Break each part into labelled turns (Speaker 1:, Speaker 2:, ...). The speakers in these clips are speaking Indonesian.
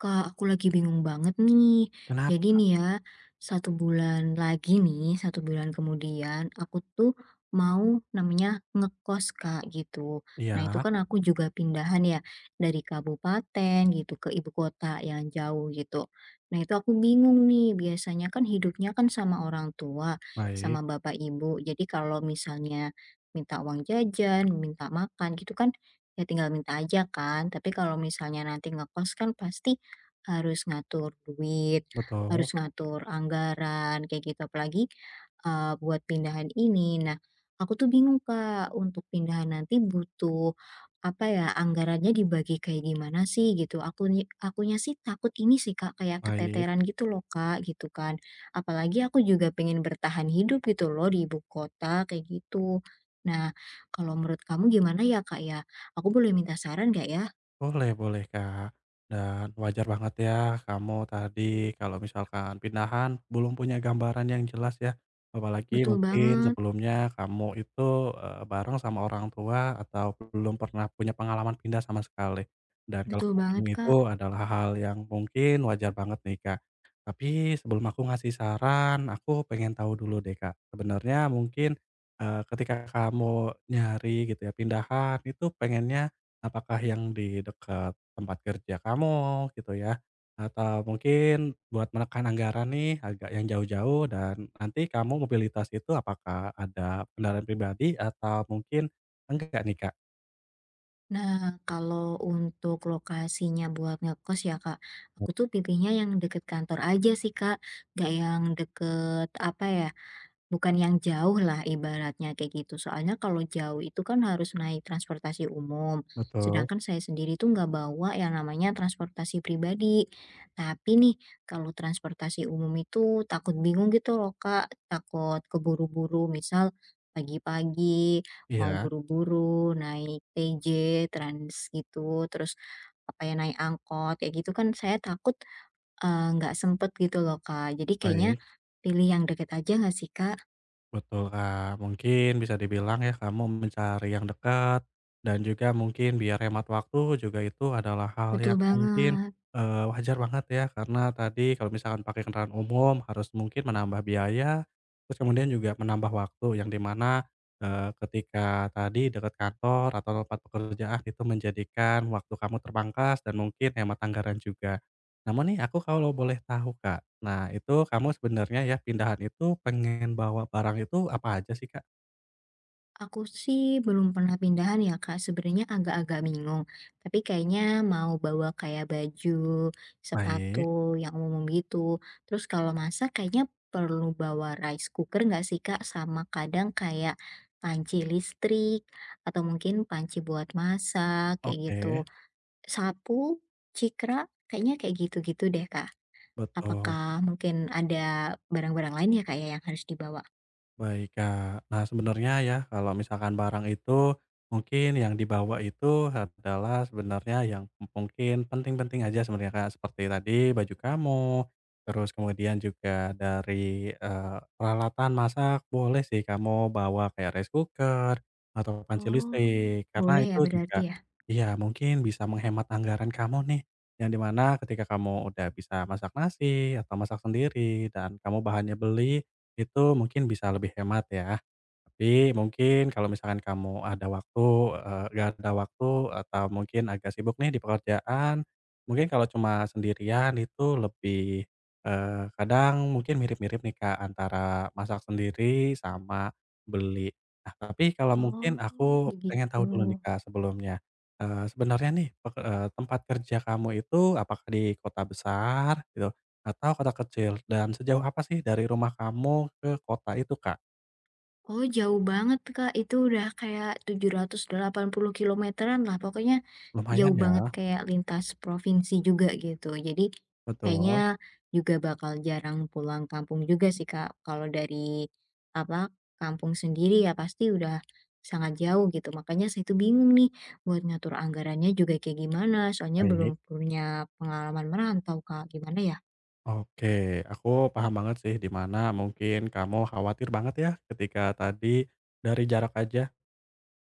Speaker 1: Kak, aku lagi bingung banget nih.
Speaker 2: Kenapa?
Speaker 1: Jadi nih ya, satu bulan lagi nih, satu bulan kemudian aku tuh mau namanya ngekos, Kak, gitu. Nah, itu
Speaker 2: Iya,
Speaker 1: kan aku juga pindahan ya dari kabupaten gitu ke ibu kota yang jauh gitu. Nah, itu aku bingung nih, biasanya kan hidupnya kan sama orang tua,
Speaker 2: baik,
Speaker 1: sama bapak ibu. Jadi kalau misalnya minta uang jajan, minta makan gitu kan ya tinggal minta aja kan. Tapi kalau misalnya nanti ngekos kan pasti harus ngatur duit, harus
Speaker 2: betul,
Speaker 1: ngatur anggaran kayak gitu, apalagi, buat pindahan ini. Nah, aku tuh bingung, Kak, untuk pindahan nanti butuh, apa ya, anggarannya dibagi kayak gimana sih gitu. Akunya sih takut ini sih, Kak, kayak
Speaker 2: baik.
Speaker 1: keteteran gitu loh, Kak, gitu kan. Apalagi aku juga pengen bertahan hidup gitu loh di ibu kota, kayak gitu. Nah, kalau menurut kamu gimana ya, Kak, ya? Aku boleh minta saran gak ya?
Speaker 2: Boleh boleh, Kak, dan wajar banget ya kamu tadi kalau misalkan pindahan belum punya gambaran yang jelas ya, apalagi
Speaker 1: Betul
Speaker 2: mungkin
Speaker 1: banget,
Speaker 2: sebelumnya kamu itu, bareng sama orang tua atau belum pernah punya pengalaman pindah sama sekali. Dan kalau
Speaker 1: betul
Speaker 2: kamu
Speaker 1: banget,
Speaker 2: bingung itu
Speaker 1: Kak.
Speaker 2: adalah hal yang mungkin wajar banget nih, Kak. Tapi sebelum aku ngasih saran, aku pengen tahu dulu deh, Kak. Sebenarnya mungkin, ketika kamu nyari gitu ya pindahan itu pengennya apakah yang di dekat tempat kerja kamu gitu ya, atau mungkin buat menekan anggaran nih agak yang jauh-jauh dan nanti kamu mobilitas itu apakah ada kendaraan pribadi atau mungkin enggak nih, Kak?
Speaker 1: Nah, kalau untuk lokasinya buat ngekos ya Kak, aku tuh pilihnya yang deket kantor aja sih Kak. Gak yang deket, apa ya, bukan yang jauh lah ibaratnya kayak gitu, soalnya kalau jauh itu kan harus naik transportasi umum,
Speaker 2: Betul.
Speaker 1: sedangkan saya sendiri tuh nggak bawa yang namanya transportasi pribadi. Tapi nih, kalau transportasi umum itu takut bingung gitu loh Kak, takut keburu-buru, misal pagi-pagi mau
Speaker 2: Iya,
Speaker 1: buru-buru naik TJ, Trans gitu, terus apa ya, naik angkot kayak gitu kan saya takut, nggak sempet gitu loh Kak. Jadi kayaknya
Speaker 2: baik.
Speaker 1: pilih yang deket aja nggak sih Kak?
Speaker 2: Betul, Kak. Mungkin bisa dibilang ya kamu mencari yang dekat dan juga mungkin biar hemat waktu juga itu adalah hal
Speaker 1: Betul
Speaker 2: yang mungkin,
Speaker 1: banget.
Speaker 2: wajar banget ya karena tadi kalau misalkan pakai kendaraan umum harus mungkin menambah biaya, terus kemudian juga menambah waktu yang dimana mana, ketika tadi dekat kantor atau tempat pekerjaan itu menjadikan waktu kamu terpangkas dan mungkin hemat anggaran juga. Namun nih aku kalau boleh tahu, Kak, nah itu kamu sebenarnya ya pindahan itu pengen bawa barang itu apa aja sih, Kak?
Speaker 1: Aku sih belum pernah pindahan ya Kak, sebenarnya agak-agak bingung. Tapi kayaknya mau bawa kayak baju,
Speaker 2: Baik,
Speaker 1: sepatu yang umum gitu. Terus kalau masak kayaknya perlu bawa rice cooker nggak sih Kak? Sama kadang kayak panci listrik atau mungkin panci buat masak kayak
Speaker 2: oke,
Speaker 1: gitu. Sapu, cikra, kayaknya kayak gitu-gitu deh Kak.
Speaker 2: betul.
Speaker 1: Apakah mungkin ada barang-barang lain ya Kak ya yang harus dibawa?
Speaker 2: Baik, Kak. Nah, sebenarnya ya, kalau misalkan barang itu mungkin yang dibawa itu adalah sebenarnya yang mungkin penting-penting aja sebenarnya, Kak. Seperti tadi baju kamu, terus kemudian juga dari, peralatan masak boleh sih kamu bawa kayak rice cooker atau panci
Speaker 1: Oh,
Speaker 2: listrik, karena
Speaker 1: boleh
Speaker 2: itu
Speaker 1: ya berarti
Speaker 2: juga
Speaker 1: ya?
Speaker 2: iya, mungkin bisa menghemat anggaran kamu nih, yang dimana ketika kamu udah bisa masak nasi atau masak sendiri dan kamu bahannya beli, itu mungkin bisa lebih hemat ya. Tapi mungkin kalau misalkan kamu ada waktu, nggak ada waktu atau mungkin agak sibuk nih di pekerjaan, mungkin kalau cuma sendirian itu lebih, kadang mungkin mirip-mirip nih, Kak, antara masak sendiri sama beli. Nah, tapi kalau mungkin
Speaker 1: Oh,
Speaker 2: aku pengen tahu
Speaker 1: begitu.
Speaker 2: dulu nih, Kak, sebelumnya, sebenarnya nih tempat kerja kamu itu apakah di kota besar gitu? Atau kota kecil, dan sejauh apa sih dari rumah kamu ke kota itu, Kak?
Speaker 1: Oh, jauh banget, Kak. Itu udah kayak 780 kilometeran lah. Pokoknya jauh
Speaker 2: Lumayan ya,
Speaker 1: banget kayak lintas provinsi juga gitu. Jadi
Speaker 2: betul,
Speaker 1: kayaknya juga bakal jarang pulang kampung juga sih, Kak. Kalau dari apa kampung sendiri ya pasti udah sangat jauh gitu. Makanya saya itu bingung nih buat ngatur anggarannya juga kayak gimana. Soalnya
Speaker 2: baik.
Speaker 1: belum punya pengalaman merantau, Kak. Gimana ya?
Speaker 2: Oke, aku paham banget sih di mana mungkin kamu khawatir banget ya ketika tadi dari jarak aja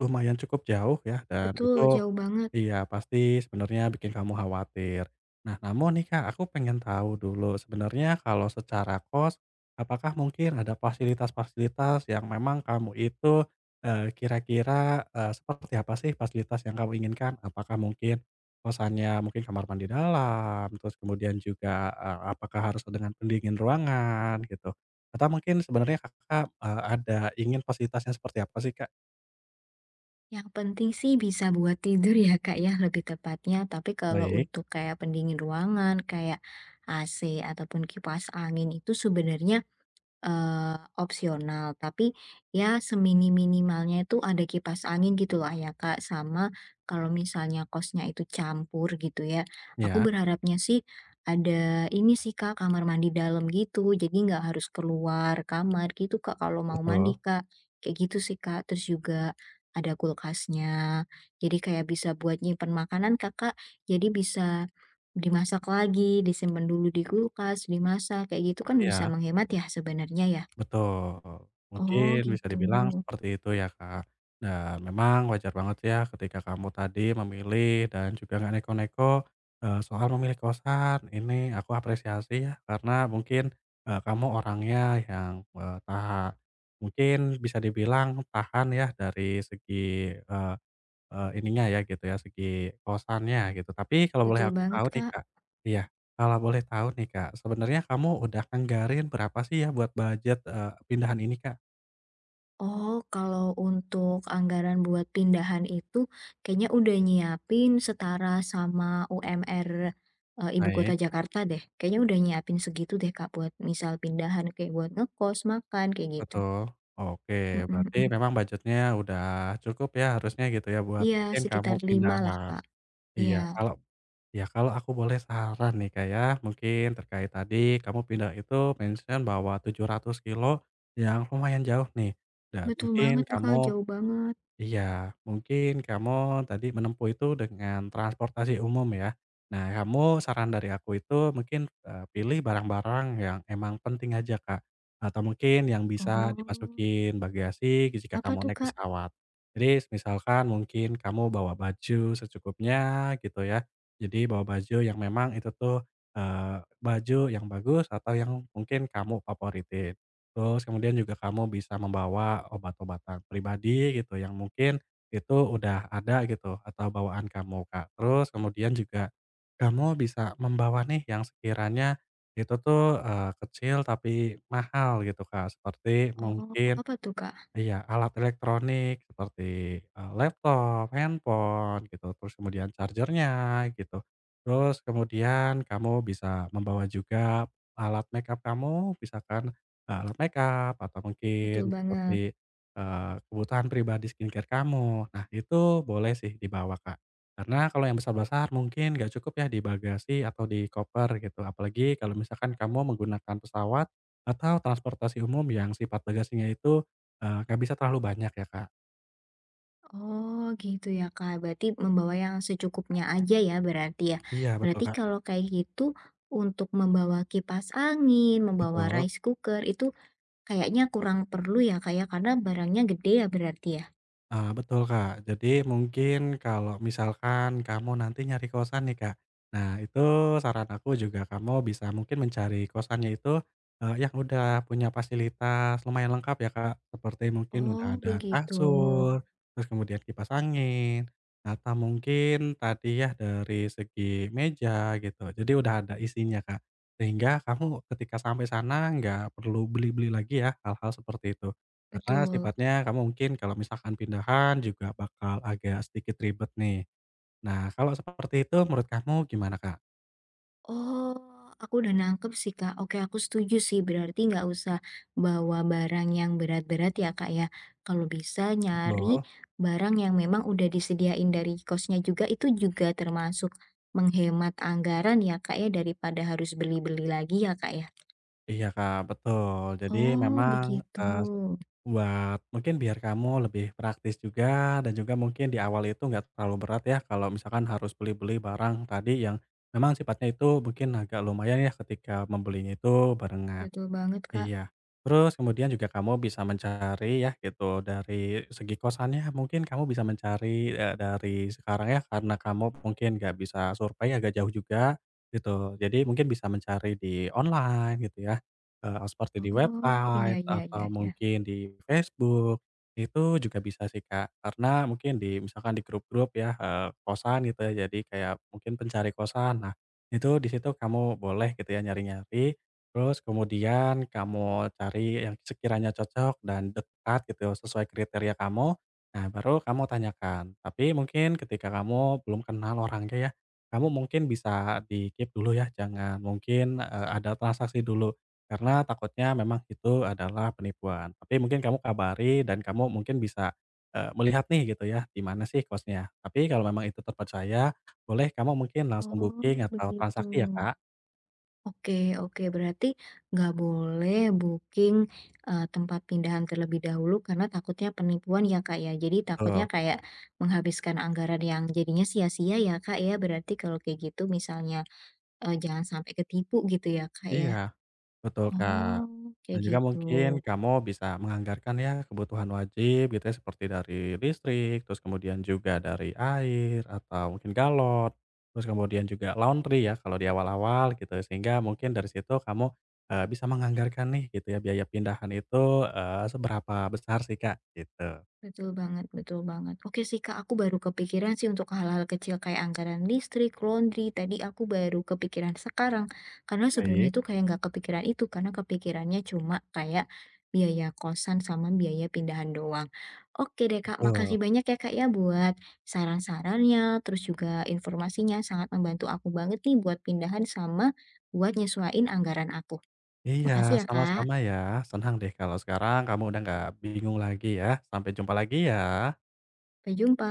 Speaker 2: lumayan cukup jauh ya dan
Speaker 1: Betul,
Speaker 2: itu
Speaker 1: jauh banget.
Speaker 2: iya pasti sebenarnya bikin kamu khawatir. Nah namun nih Kak, aku pengen tahu dulu sebenarnya kalau secara kos, apakah mungkin ada fasilitas-fasilitas yang memang kamu itu, kira-kira, seperti apa sih fasilitas yang kamu inginkan? Apakah mungkin kosannya mungkin kamar mandi dalam, terus kemudian juga, apakah harus dengan pendingin ruangan gitu? Atau mungkin sebenarnya Kakak, ada ingin fasilitasnya seperti apa sih Kak?
Speaker 1: Yang penting sih bisa buat tidur ya Kak ya, lebih tepatnya. Tapi kalau
Speaker 2: Baik.
Speaker 1: untuk kayak pendingin ruangan, kayak AC ataupun kipas angin itu sebenarnya opsional, tapi ya semini minimalnya itu ada kipas angin gitulah ya, Kak, sama kalau misalnya kosnya itu campur gitu ya, aku
Speaker 2: Iya,
Speaker 1: berharapnya sih ada ini sih, Kak, kamar mandi dalam gitu, jadi nggak harus keluar kamar gitu, Kak, kalau mau
Speaker 2: betul.
Speaker 1: mandi, Kak, kayak gitu sih, Kak. Terus juga ada kulkasnya, jadi kayak bisa buat nyimpen makanan, Kakak, jadi bisa dimasak lagi, disimpan dulu di kulkas, dimasak, kayak gitu kan bisa
Speaker 2: Iya,
Speaker 1: menghemat ya sebenarnya ya?
Speaker 2: betul.
Speaker 1: Oh
Speaker 2: Mungkin bisa
Speaker 1: gitu,
Speaker 2: dibilang seperti itu ya, Kak. Dan memang wajar banget ya ketika kamu tadi memilih dan juga nggak neko-neko, soal memilih kosan. Ini aku apresiasi ya karena mungkin, kamu orangnya yang, tahan mungkin bisa dibilang tahan ya dari segi, eh, ininya ya gitu ya, segi kosannya gitu. Tapi kalau boleh
Speaker 1: betul
Speaker 2: aku
Speaker 1: banget
Speaker 2: tahu nih,
Speaker 1: Kak.
Speaker 2: Kak iya, kalau boleh tahu nih, Kak, sebenarnya kamu udah anggarin berapa sih ya buat budget, pindahan ini, Kak?
Speaker 1: Oh kalau untuk anggaran buat pindahan itu kayaknya udah nyiapin setara sama UMR, ibu kota
Speaker 2: Baik,
Speaker 1: Jakarta deh, kayaknya udah nyiapin segitu deh Kak buat misal pindahan kayak buat ngekos, makan, kayak gitu.
Speaker 2: betul. Oke,
Speaker 1: Mhm,
Speaker 2: berarti
Speaker 1: mhm.
Speaker 2: memang budgetnya udah cukup ya harusnya gitu ya buat
Speaker 1: Iya
Speaker 2: mungkin kamu
Speaker 1: sekitar 5 lah
Speaker 2: pindahan.
Speaker 1: Kak,
Speaker 2: Iya,
Speaker 1: iya.
Speaker 2: kalau iya kalau aku boleh saran nih, Kak, ya, mungkin terkait tadi kamu pindah itu mention bahwa 700 kilo yang lumayan jauh nih dan
Speaker 1: Betul
Speaker 2: mungkin
Speaker 1: banget tuh
Speaker 2: kamu
Speaker 1: Kak, jauh banget.
Speaker 2: iya, mungkin kamu tadi menempuh itu dengan transportasi umum ya. Nah, kamu saran dari aku itu mungkin, pilih barang-barang yang emang penting aja, Kak, atau mungkin yang bisa
Speaker 1: Oh,
Speaker 2: dimasukin bagasi jika
Speaker 1: apa
Speaker 2: kamu
Speaker 1: tuh
Speaker 2: naik
Speaker 1: Kak?
Speaker 2: pesawat. Jadi misalkan mungkin kamu bawa baju secukupnya gitu ya. Jadi bawa baju yang memang itu tuh, baju yang bagus atau yang mungkin kamu favoritin. Terus kemudian juga kamu bisa membawa obat-obatan pribadi gitu yang mungkin itu udah ada gitu atau bawaan kamu, Kak. Terus kemudian juga kamu bisa membawa nih yang sekiranya itu tuh, kecil tapi mahal gitu, Kak. Seperti
Speaker 1: Oh,
Speaker 2: mungkin
Speaker 1: apa tuh, Kak?
Speaker 2: iya, alat elektronik seperti, laptop, handphone gitu, terus kemudian chargernya gitu. Terus kemudian kamu bisa membawa juga alat makeup kamu, misalkan, alat makeup atau
Speaker 1: Betul
Speaker 2: mungkin
Speaker 1: banget.
Speaker 2: seperti, kebutuhan pribadi skincare kamu. Nah, itu boleh sih dibawa, Kak. Karena kalau yang besar-besar mungkin nggak cukup ya di bagasi atau di koper gitu, apalagi kalau misalkan kamu menggunakan pesawat atau transportasi umum yang sifat bagasinya itu nggak bisa terlalu banyak ya, Kak.
Speaker 1: Oh, gitu ya, Kak. Berarti membawa yang secukupnya aja ya.
Speaker 2: Iya betul,
Speaker 1: Berarti
Speaker 2: Kak,
Speaker 1: kalau kayak gitu untuk membawa kipas angin, membawa
Speaker 2: betul.
Speaker 1: rice cooker itu kayaknya kurang perlu ya, Kak ya, karena barangnya gede ya berarti ya.
Speaker 2: Ah betul, Kak. Jadi mungkin kalau misalkan kamu nanti nyari kosan nih, Kak. Nah, itu saran aku juga kamu bisa mungkin mencari kosannya itu, yang udah punya fasilitas lumayan lengkap ya, Kak. Seperti mungkin udah
Speaker 1: Oh,
Speaker 2: ada
Speaker 1: begitu.
Speaker 2: kasur, terus kemudian kipas angin, atau mungkin tadi ya dari segi meja gitu. Jadi udah ada isinya, Kak. Sehingga kamu ketika sampai sana nggak perlu beli-beli lagi ya hal-hal seperti itu. Karena
Speaker 1: Betul.
Speaker 2: sifatnya kamu mungkin kalau misalkan pindahan juga bakal agak sedikit ribet nih. Nah, kalau seperti itu menurut kamu gimana, Kak?
Speaker 1: Oh, aku udah nangkep sih, Kak. Oke, aku setuju sih. Berarti nggak usah bawa barang yang berat-berat ya, Kak ya. Kalau bisa nyari
Speaker 2: Betul?
Speaker 1: barang yang memang udah disediain dari kosnya juga, itu juga termasuk menghemat anggaran ya, Kak ya, daripada harus beli-beli lagi ya, Kak ya.
Speaker 2: Iya, Kak, betul. Jadi
Speaker 1: Oh,
Speaker 2: memang,
Speaker 1: begitu.
Speaker 2: eee, buat mungkin biar kamu lebih praktis juga dan juga mungkin di awal itu nggak terlalu berat ya kalau misalkan harus beli-beli barang tadi yang memang sifatnya itu mungkin agak lumayan ya ketika membelinya itu barengan.
Speaker 1: Betul banget, Kak.
Speaker 2: Iya. Terus kemudian juga kamu bisa mencari ya gitu dari segi kosannya mungkin kamu bisa mencari, dari sekarang ya karena kamu mungkin nggak bisa survei agak jauh juga gitu. Jadi mungkin bisa mencari di online gitu ya, seperti di
Speaker 1: Oh, iya,
Speaker 2: website
Speaker 1: iya, iya,
Speaker 2: atau
Speaker 1: iya.
Speaker 2: mungkin di Facebook, itu juga bisa sih, Kak. Karena mungkin di misalkan di grup-grup ya, kosan gitu ya, jadi kayak mungkin pencari kosan. Nah, itu di situ kamu boleh gitu ya nyari-nyari terus kemudian kamu cari yang sekiranya cocok dan dekat gitu sesuai kriteria kamu, nah baru kamu tanyakan. Tapi mungkin ketika kamu belum kenal orangnya ya, kamu mungkin bisa di-keep dulu ya, jangan mungkin, ada transaksi dulu, karena takutnya memang itu adalah penipuan. Tapi mungkin kamu kabari dan kamu mungkin bisa, melihat nih gitu ya, di mana sih kosnya. Tapi kalau memang itu terpercaya, boleh kamu mungkin langsung booking
Speaker 1: Oh,
Speaker 2: atau
Speaker 1: begitu.
Speaker 2: transaksi ya, Kak.
Speaker 1: Oke, oke, berarti nggak boleh booking, tempat pindahan terlebih dahulu karena takutnya penipuan ya, Kak, ya? Jadi takutnya
Speaker 2: Betul,
Speaker 1: kayak menghabiskan anggaran yang jadinya sia-sia ya, Kak, ya? Berarti kalau kayak gitu misalnya, jangan sampai ketipu gitu ya, Kak, ya?
Speaker 2: iya. Betul, Kak.
Speaker 1: Oh,
Speaker 2: Dan
Speaker 1: kayak
Speaker 2: juga
Speaker 1: gitu.
Speaker 2: mungkin kamu bisa menganggarkan ya kebutuhan wajib gitu ya seperti dari listrik, terus kemudian juga dari air atau mungkin galon, terus kemudian juga laundry ya kalau di awal-awal gitu. Sehingga mungkin dari situ kamu, bisa menganggarkan nih gitu ya biaya pindahan itu, seberapa besar sih, Kak, gitu.
Speaker 1: Betul banget, betul banget. Oke sih, Kak, aku baru kepikiran sih untuk hal-hal kecil kayak anggaran listrik, laundry, tadi aku baru kepikiran sekarang. Karena
Speaker 2: Baik,
Speaker 1: sebelumnya tuh kayak nggak kepikiran itu, karena kepikirannya cuma kayak biaya kosan sama biaya pindahan doang. Oke deh, Kak,
Speaker 2: betul.
Speaker 1: makasih banyak ya, Kak, ya buat saran-sarannya, terus juga informasinya sangat membantu aku banget nih buat pindahan sama buat nyesuaiin anggaran aku.
Speaker 2: Iya,
Speaker 1: Makasih ya, Kak.
Speaker 2: sama-sama ya. Senang deh kalau sekarang kamu udah nggak bingung lagi ya. Sampai jumpa lagi ya.
Speaker 1: Sampai jumpa.